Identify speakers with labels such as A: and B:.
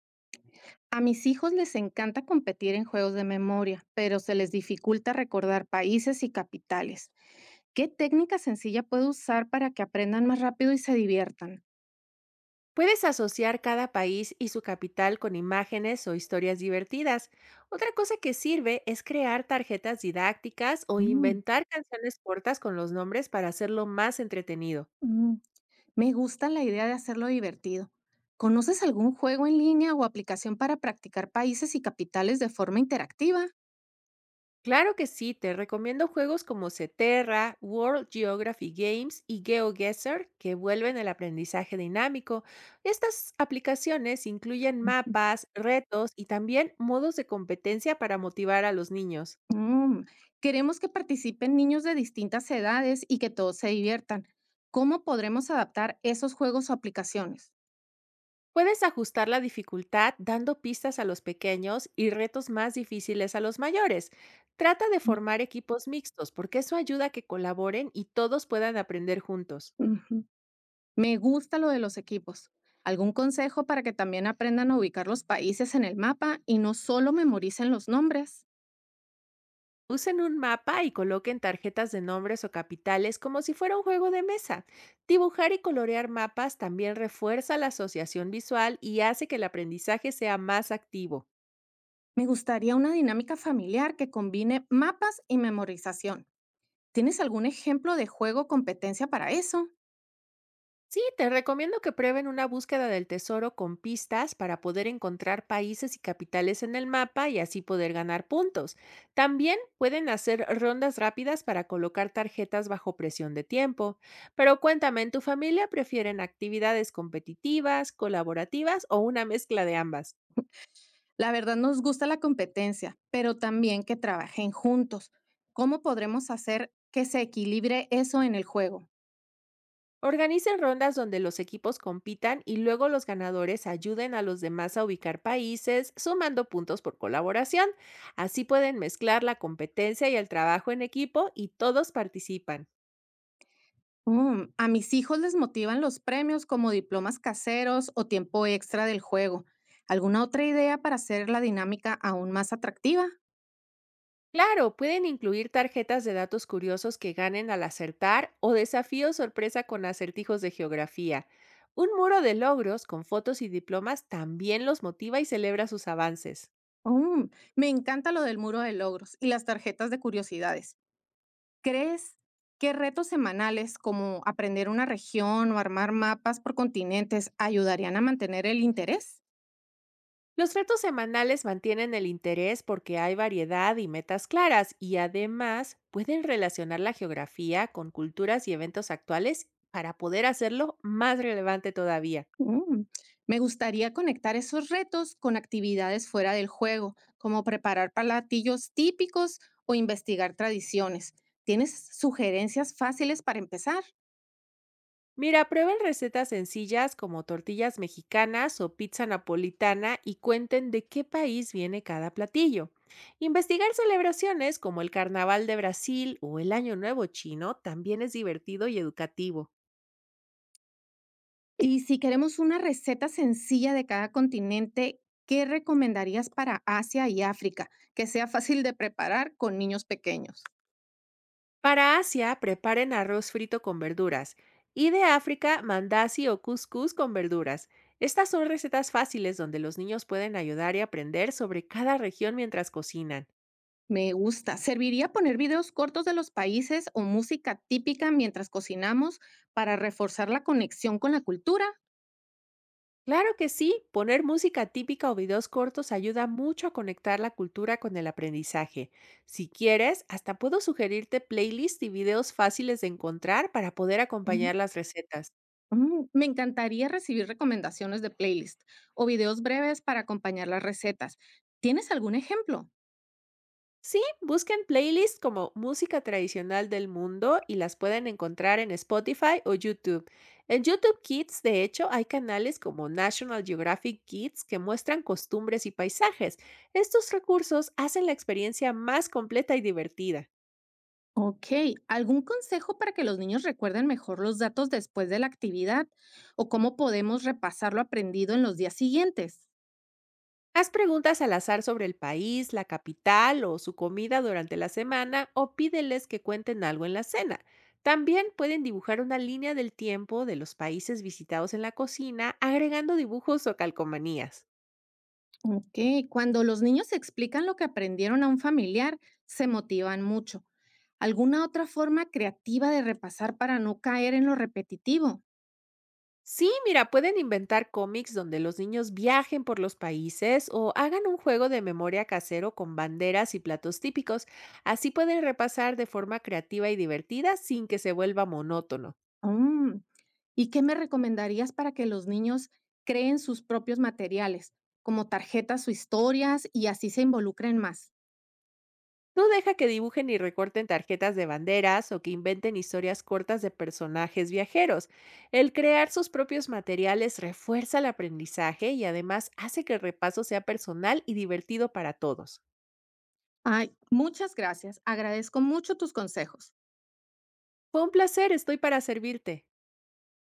A: A mis hijos les encanta competir en juegos de memoria, pero se les dificulta recordar países y capitales. ¿Qué técnica sencilla puedo usar para que aprendan más rápido y se diviertan?
B: Puedes asociar cada país y su capital con imágenes o historias divertidas. Otra cosa que sirve es crear tarjetas didácticas o
A: Mm,
B: inventar canciones cortas con los nombres para hacerlo más entretenido.
A: Mm, me gusta la idea de hacerlo divertido. ¿Conoces algún juego en línea o aplicación para practicar países y capitales de forma interactiva?
B: Claro que sí, te recomiendo juegos como Ceterra, World Geography Games y GeoGuessr, que vuelven el aprendizaje dinámico. Estas aplicaciones incluyen
A: Ujú.
B: mapas, retos y también modos de competencia para motivar a los niños.
A: Mm, Queremos que participen niños de distintas edades y que todos se diviertan. ¿Cómo podremos adaptar esos juegos o aplicaciones?
B: Puedes ajustar la dificultad dando pistas a los pequeños y retos más difíciles a los mayores. Trata de formar equipos mixtos, porque eso ayuda a que colaboren y todos puedan aprender juntos.
A: Ujú. Me gusta lo de los equipos. ¿Algún consejo para que también aprendan a ubicar los países en el mapa y no solo memoricen los nombres?
B: Usen un mapa y coloquen tarjetas de nombres o capitales como si fuera un juego de mesa. Dibujar y colorear mapas también refuerza la asociación visual y hace que el aprendizaje sea más activo.
A: Me gustaría una dinámica familiar que combine mapas y memorización. ¿Tienes algún ejemplo de juego o competencia para eso?
B: Sí, te recomiendo que prueben una búsqueda del tesoro con pistas para poder encontrar países y capitales en el mapa y así poder ganar puntos. También pueden hacer rondas rápidas para colocar tarjetas bajo presión de tiempo. Pero cuéntame, ¿en tu familia prefieren actividades competitivas, colaborativas o una mezcla de ambas?
A: La verdad nos gusta la competencia, pero también que trabajen juntos. ¿Cómo podremos hacer que se equilibre eso en el juego?
B: Organicen rondas donde los equipos compitan y luego los ganadores ayuden a los demás a ubicar países, sumando puntos por colaboración. Así pueden mezclar la competencia y el trabajo en equipo, y todos participan.
A: Mm, a mis hijos les motivan los premios como diplomas caseros o tiempo extra del juego. ¿Alguna otra idea para hacer la dinámica aún más atractiva?
B: Claro, pueden incluir tarjetas de datos curiosos que ganen al acertar, o desafíos sorpresa con acertijos de geografía. Un muro de logros con fotos y diplomas también los motiva y celebra sus avances.
A: Mm, me encanta lo del muro de logros y las tarjetas de curiosidades. ¿Crees que retos semanales como aprender una región o armar mapas por continentes ayudarían a mantener el interés?
B: Los retos semanales mantienen el interés porque hay variedad y metas claras, y además pueden relacionar la geografía con culturas y eventos actuales para poder hacerlo más relevante todavía.
A: Mm, Me gustaría conectar esos retos con actividades fuera del juego, como preparar platillos típicos o investigar tradiciones. ¿Tienes sugerencias fáciles para empezar?
B: Mira, prueben recetas sencillas como tortillas mexicanas o pizza napolitana y cuenten de qué país viene cada platillo. Investigar celebraciones como el Carnaval de Brasil o el Año Nuevo Chino también es divertido y educativo.
A: Y si queremos una receta sencilla de cada continente, ¿qué recomendarías para Asia y África que sea fácil de preparar con niños pequeños?
B: Para Asia, preparen arroz frito con verduras, y de África, mandasi o couscous con verduras. Estas son recetas fáciles donde los niños pueden ayudar y aprender sobre cada región mientras cocinan.
A: Me gusta. ¿Serviría poner videos cortos de los países o música típica mientras cocinamos para reforzar la conexión con la cultura?
B: Claro que sí, poner música típica o videos cortos ayuda mucho a conectar la cultura con el aprendizaje. Si quieres, hasta puedo sugerirte playlists y videos fáciles de encontrar para poder acompañar las recetas.
A: Me encantaría recibir recomendaciones de playlist o videos breves para acompañar las recetas. ¿Tienes algún ejemplo?
B: Sí, busquen playlists como Música Tradicional del Mundo y las pueden encontrar en Spotify o YouTube. En YouTube Kids, de hecho, hay canales como National Geographic Kids que muestran costumbres y paisajes. Estos recursos hacen la experiencia más completa y divertida.
A: Ok, ¿algún consejo para que los niños recuerden mejor los datos después de la actividad o cómo podemos repasar lo aprendido en los días siguientes?
B: Haz preguntas al azar sobre el país, la capital o su comida durante la semana, o pídeles que cuenten algo en la cena. También pueden dibujar una línea del tiempo de los países visitados en la cocina, agregando dibujos o calcomanías.
A: Ok, cuando los niños explican lo que aprendieron a un familiar, se motivan mucho. ¿Alguna otra forma creativa de repasar para no caer en lo repetitivo?
B: Sí, mira, pueden inventar cómics donde los niños viajen por los países, o hagan un juego de memoria casero con banderas y platos típicos. Así pueden repasar de forma creativa y divertida sin que se vuelva monótono.
A: ¿Y qué me recomendarías para que los niños creen sus propios materiales, como tarjetas o historias, y así se involucren más?
B: Tú deja que dibujen y recorten tarjetas de banderas, o que inventen historias cortas de personajes viajeros. El crear sus propios materiales refuerza el aprendizaje y además hace que el repaso sea personal y divertido para todos.
A: Ay, muchas gracias. Agradezco mucho tus consejos.
B: Fue un placer, estoy para servirte.